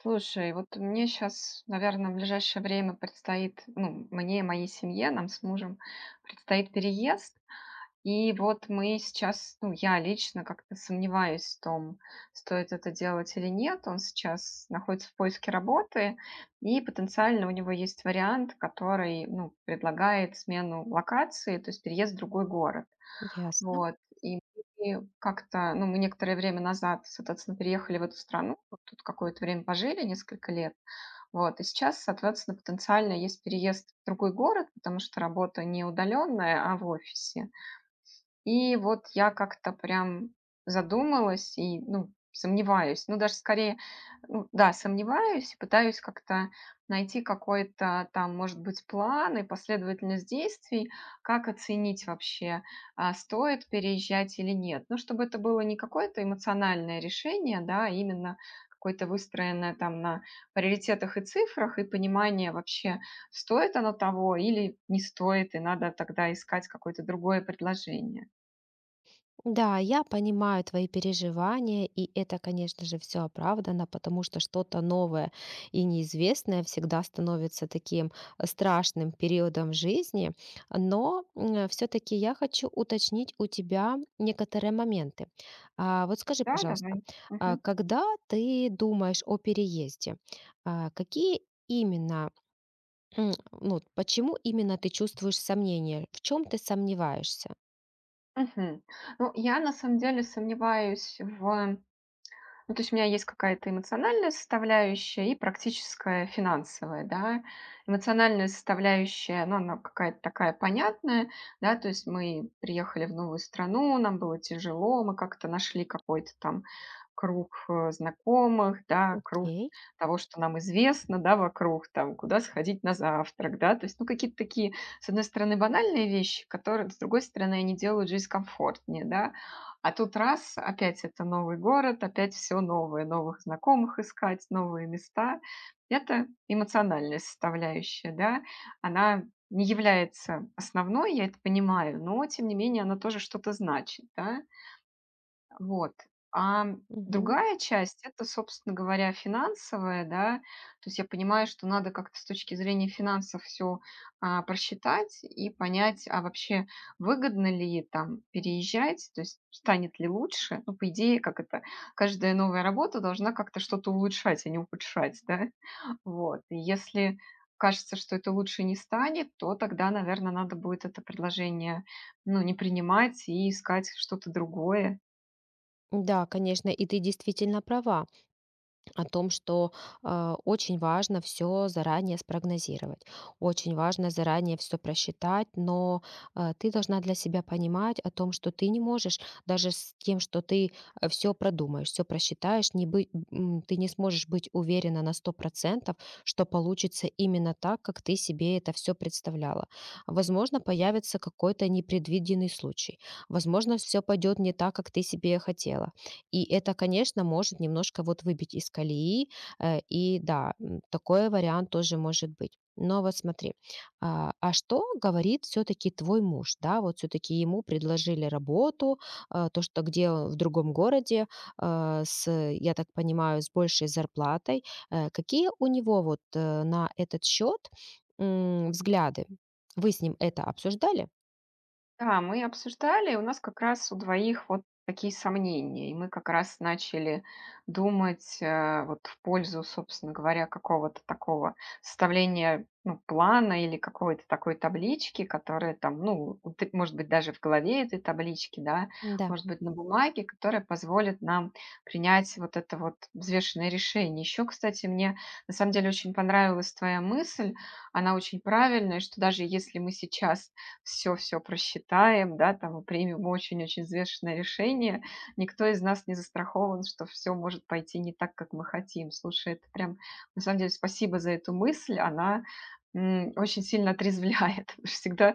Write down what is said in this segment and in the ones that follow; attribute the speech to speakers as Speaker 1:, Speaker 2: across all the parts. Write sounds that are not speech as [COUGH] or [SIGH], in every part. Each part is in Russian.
Speaker 1: Слушай, вот мне сейчас, наверное, в ближайшее время предстоит, ну, мне и моей семье, нам с мужем предстоит переезд. И вот мы сейчас, ну, я лично как-то сомневаюсь в том, стоит это делать или нет. Он сейчас находится в поиске работы, и потенциально у него есть вариант, который, ну, предлагает смену локации, то есть переезд в другой город.
Speaker 2: Ясно.
Speaker 1: Вот, и мы как-то, ну, мы некоторое время назад, соответственно, переехали в эту страну, вот тут какое-то время пожили, несколько лет. Вот, и сейчас, соответственно, потенциально есть переезд в другой город, потому что работа не удаленная, а в офисе. И вот я как-то прям задумалась и, ну, сомневаюсь. Ну, даже скорее, ну да, сомневаюсь, пытаюсь как-то найти какой-то там, может быть, план и последовательность действий, как оценить вообще, стоит переезжать или нет. Ну, чтобы это было не какое-то эмоциональное решение, да, а именно какое-то выстроенное там на приоритетах и цифрах, и понимание вообще, стоит оно того или не стоит, и надо тогда искать какое-то другое предложение.
Speaker 2: Да, я понимаю твои переживания, и это, конечно же, все оправдано, потому что что-то новое и неизвестное всегда становится таким страшным периодом жизни. Но все-таки я хочу уточнить у тебя некоторые моменты. Вот скажи,
Speaker 1: Да,
Speaker 2: пожалуйста,
Speaker 1: давай. Мгм.
Speaker 2: когда ты думаешь о переезде, какие именно, ну, почему именно ты чувствуешь сомнения? В чем ты сомневаешься?
Speaker 1: Мгм. Ну, я на самом деле сомневаюсь в Ну, то есть у меня есть какая-то эмоциональная составляющая и практическая финансовая, да. Эмоциональная составляющая, ну, она какая-то такая понятная, да, то есть мы приехали в новую страну, нам было тяжело, мы как-то нашли какой-то там круг знакомых, да, круг
Speaker 2: Окей.
Speaker 1: того, что нам известно, да, вокруг, там, куда сходить на завтрак, да, то есть, ну, какие-то такие, с одной стороны, банальные вещи, которые, с другой стороны, они делают жизнь комфортнее, да, а тут раз, опять это новый город, опять все новое, новых знакомых искать, новые места. Это эмоциональная составляющая, да. Она не является основной, я это понимаю, но тем не менее она тоже что-то значит, да. Вот. А
Speaker 2: Мгм.
Speaker 1: другая часть- это, собственно говоря, финансовая, да. То есть я понимаю, что надо как-то с точки зрения финансов все просчитать и понять, а вообще выгодно ли там переезжать, то есть станет ли лучше. Ну, по идее, как это, каждая новая работа должна как-то что-то улучшать, а не ухудшать, да. [LAUGHS] Вот. И если кажется, что это лучше не станет, то тогда, наверное, надо будет это предложение, ну, не принимать и искать что-то другое.
Speaker 2: Да, конечно, и ты действительно права о том, что очень важно все заранее спрогнозировать, очень важно заранее все просчитать, но, ты должна для себя понимать о том, что ты не можешь даже с тем, что ты все продумаешь, все просчитаешь, не быть, ты не сможешь быть уверена на 100%, что получится именно так, как ты себе это все представляла. Возможно, появится какой-то непредвиденный случай, возможно, все пойдет не так, как ты себе хотела, и это, конечно, может немножко вот выбить из колеи. И да, такой вариант тоже может быть. Но вот смотри, а что говорит все-таки твой муж? Да, вот все-таки ему предложили работу, то, что где он в другом городе, я так понимаю, с большей зарплатой. Какие у него вот на этот счет взгляды? Вы с ним это обсуждали?
Speaker 1: Да, мы обсуждали, у нас как раз у двоих вот такие сомнения, и мы как раз начали думать вот в пользу, собственно говоря, какого-то такого составления, ну, плана или какой-то такой таблички, которая там, ну, может быть, даже в голове этой таблички, да,
Speaker 2: Да,
Speaker 1: может быть, на бумаге, которая позволит нам принять вот это вот взвешенное решение. Еще, кстати, мне на самом деле очень понравилась твоя мысль, она очень правильная, что даже если мы сейчас все-все просчитаем, да, там и примем очень-очень взвешенное решение. Никто из нас не застрахован, что все может пойти не так, как мы хотим. Слушай, это прям, на самом деле, спасибо за эту мысль, она очень сильно отрезвляет. [LAUGHS] Потому что всегда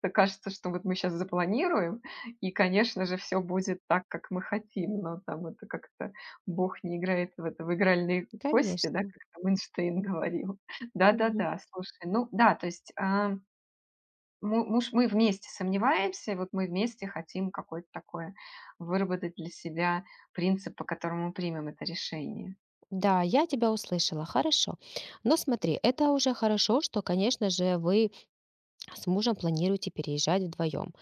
Speaker 1: как-то кажется, что вот мы сейчас запланируем, и, конечно же, все будет так, как мы хотим, но там это как-то Бог не играет в это в игральные кости, да,
Speaker 2: конечно.
Speaker 1: как там Эйнштейн говорил. [LAUGHS] Да-да-да, слушай, ну да, то есть а, Му муж, мы вместе сомневаемся, и вот мы вместе хотим какое-то такое выработать для себя принцип, по которому мы примем это решение.
Speaker 2: Да, я тебя услышала, хорошо. Но смотри, это уже хорошо, что, конечно же, вы с мужем планируете переезжать вдвоем.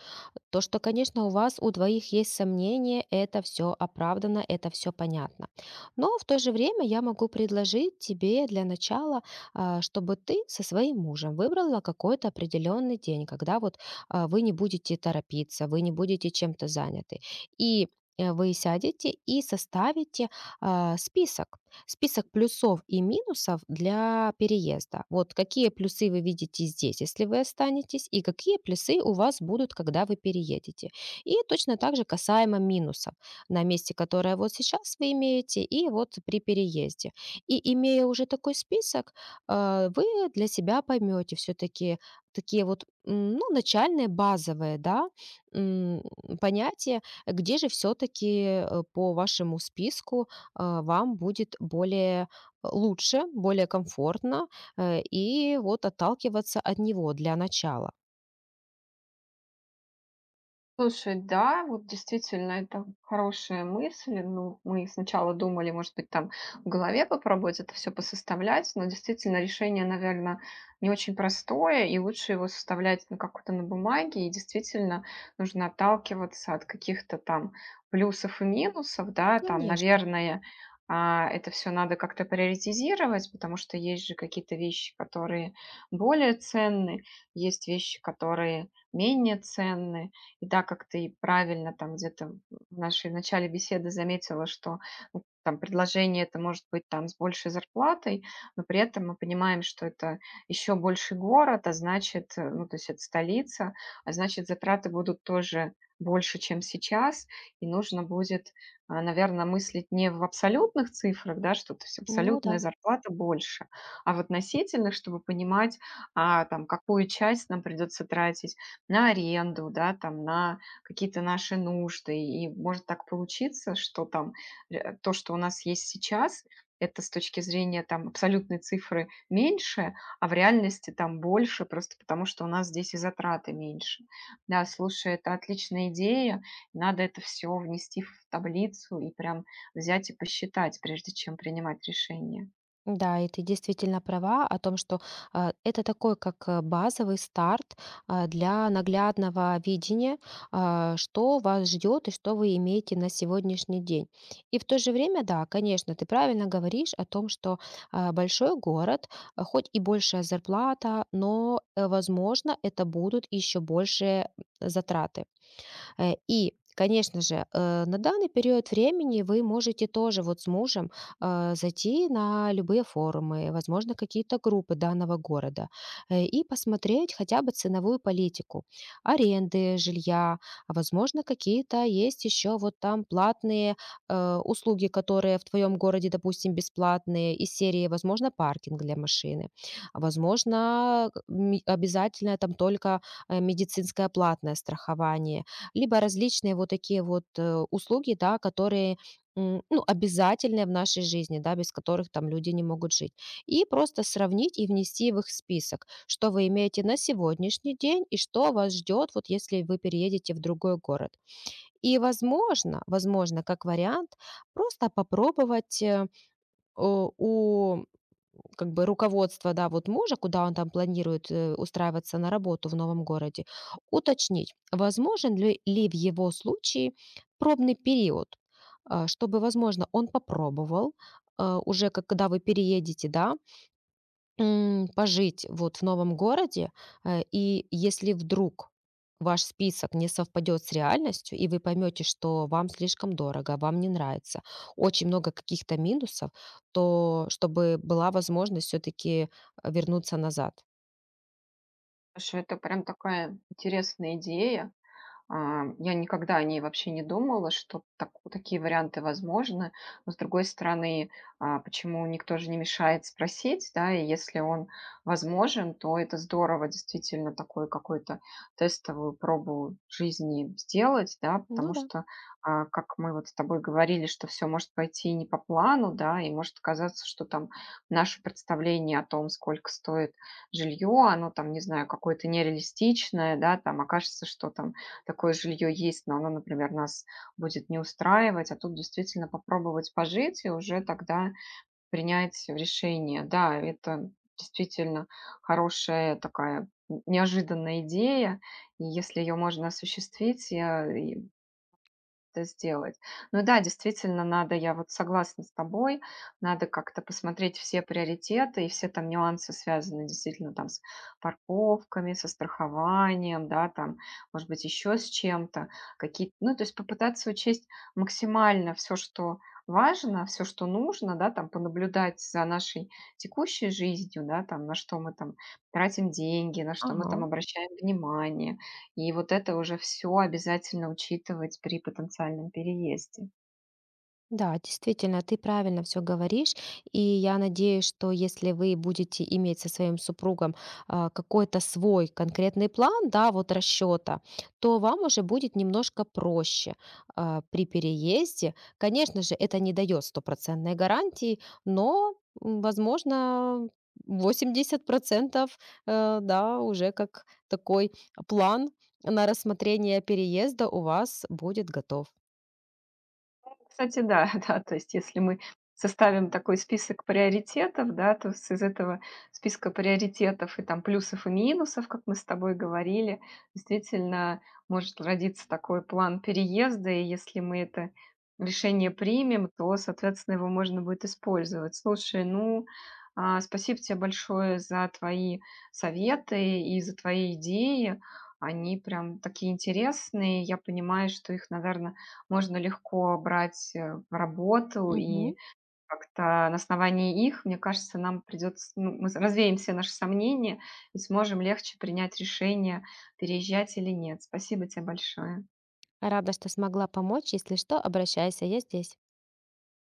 Speaker 2: То, что, конечно, у вас у двоих есть сомнения, это все оправдано, это все понятно. Но в то же время я могу предложить тебе для начала, чтобы ты со своим мужем выбрала какой-то определенный день, когда вот, вы не будете торопиться, вы не будете чем-то заняты. И, вы сядете и составите, список, список плюсов и минусов для переезда. Вот какие плюсы вы видите здесь, если вы останетесь, и какие плюсы у вас будут, когда вы переедете. И точно так же касаемо минусов на месте, которое вот сейчас вы имеете, и вот при переезде. И имея уже такой список, вы для себя поймете все-таки такие вот, ну, начальные, базовые, да, м, понятия, где же все-таки по вашему списку, вам будет более, лучше, более комфортно, и вот отталкиваться от него для начала.
Speaker 1: Слушай, да, вот действительно, это хорошая мысль. Ну, мы сначала думали, может быть, там в голове попробовать это все посоставлять, но действительно решение, наверное, не очень простое, и лучше его составлять на как-то на бумаге, и действительно нужно отталкиваться от каких-то там плюсов и минусов, да, там,
Speaker 2: Конечно.
Speaker 1: наверное, это все надо как-то приоритизировать, потому что есть же какие-то вещи, которые более ценны, есть вещи, которые менее ценны, и так как ты правильно там где-то в нашей начале беседы заметила, что, ну, там предложение это может быть там с большей зарплатой, но при этом мы понимаем, что это еще больше город, а значит, ну, то есть это столица, а значит, затраты будут тоже больше, чем сейчас, и нужно будет, наверное, мыслить не в абсолютных цифрах, да, что то есть
Speaker 2: Ну да.
Speaker 1: абсолютная зарплата больше, а в относительных, чтобы понимать, там, какую часть нам придется тратить на аренду, да, там, на какие-то наши нужды. И может так получиться, что там то, что у нас есть сейчас, это с точки зрения там абсолютной цифры меньше, а в реальности там больше, просто потому что у нас здесь и затраты меньше. Да, слушай, это отличная идея. Надо это все внести в таблицу и прям взять и посчитать, прежде чем принимать решение.
Speaker 2: Да, и ты действительно права о том, что, это такой как, базовый старт, для наглядного видения, что вас ждет и что вы имеете на сегодняшний день. И в то же время, да, конечно, ты правильно говоришь о том, что, большой город, хоть и большая зарплата, но, возможно, это будут еще большие затраты. И, конечно же, на данный период времени вы можете тоже вот с мужем, зайти на любые форумы, возможно, какие-то группы данного города, и посмотреть хотя бы ценовую политику аренды жилья, возможно, какие-то есть еще вот там платные, услуги, которые в твоем городе, допустим, бесплатные, из серии, возможно, паркинг для машины, возможно, к ми обязательно там только, медицинское платное страхование либо различные вот такие вот, услуги, да, которые, ну, обязательные в нашей жизни, да, без которых там люди не могут жить. И просто сравнить и внести в их список, что вы имеете на сегодняшний день и что вас ждет, вот если вы переедете в другой город. И возможно, возможно, как вариант, просто попробовать, э, о, у как бы руководство, да, вот мужа, куда он там планирует, устраиваться на работу в новом городе, уточнить, возможен ли, в его случае пробный период, чтобы, возможно, он попробовал, уже как когда вы переедете, да, пожить вот в новом городе, и если вдруг ваш список не совпадет с реальностью, и вы поймете, что вам слишком дорого, вам не нравится, очень много каких-то минусов, то чтобы была возможность все-таки вернуться назад.
Speaker 1: Слушай, это прям такая интересная идея. Я никогда о ней вообще не думала, что так такие варианты возможны. Но, с другой стороны, почему никто же не мешает спросить, да? И если он возможен, то это здорово действительно такой какой-то тестовую пробу жизни сделать, да,
Speaker 2: Ну
Speaker 1: потому
Speaker 2: да,
Speaker 1: что, как мы вот с тобой говорили, что все может пойти не по плану, да, и может оказаться, что там наше представление о том, сколько стоит жилье, оно там, не знаю, какое-то нереалистичное, да, там окажется, что там такое жилье есть, но оно, например, нас будет не устраивать, а тут действительно попробовать пожить и уже тогда принять решение. Да, это действительно хорошая такая неожиданная идея, и если ее можно осуществить, я и это сделать. Ну да, действительно, надо, я вот согласна с тобой, надо как-то посмотреть все приоритеты и все там нюансы, связаны действительно там с парковками, со страхованием, да, там, может быть, еще с чем-то, какие-то, ну, то есть попытаться учесть максимально все, что важно, все, что нужно, да, там, понаблюдать за нашей текущей жизнью, да, там, на что мы там тратим деньги, на что мы там
Speaker 2: ага.
Speaker 1: обращаем внимание, и вот это уже все обязательно учитывать при потенциальном переезде.
Speaker 2: Да, действительно, ты правильно все говоришь. И я надеюсь, что если вы будете иметь со своим супругом, какой-то свой конкретный план, да, вот расчета, то вам уже будет немножко проще, при переезде. Конечно же, это не дает стопроцентной гарантии, но, возможно, 80, да, уже как такой план на рассмотрение переезда у вас будет готов.
Speaker 1: Кстати, да, [LAUGHS] да, то есть если мы составим такой список приоритетов, да, то с из этого списка приоритетов и там плюсов и минусов, как мы с тобой говорили, действительно может родиться такой план переезда, и если мы это решение примем, то, соответственно, его можно будет использовать. Слушай, ну, спасибо тебе большое за твои советы и за твои идеи. Они прям такие интересные. Я понимаю, что их, наверное, можно легко брать, в работу, и
Speaker 2: Мгм.
Speaker 1: как-то на основании их, мне кажется, нам придется, ну, мы развеем все наши сомнения и сможем легче принять решение, переезжать или нет. Спасибо тебе большое.
Speaker 2: Рада, что смогла помочь. Если что, обращайся, я здесь.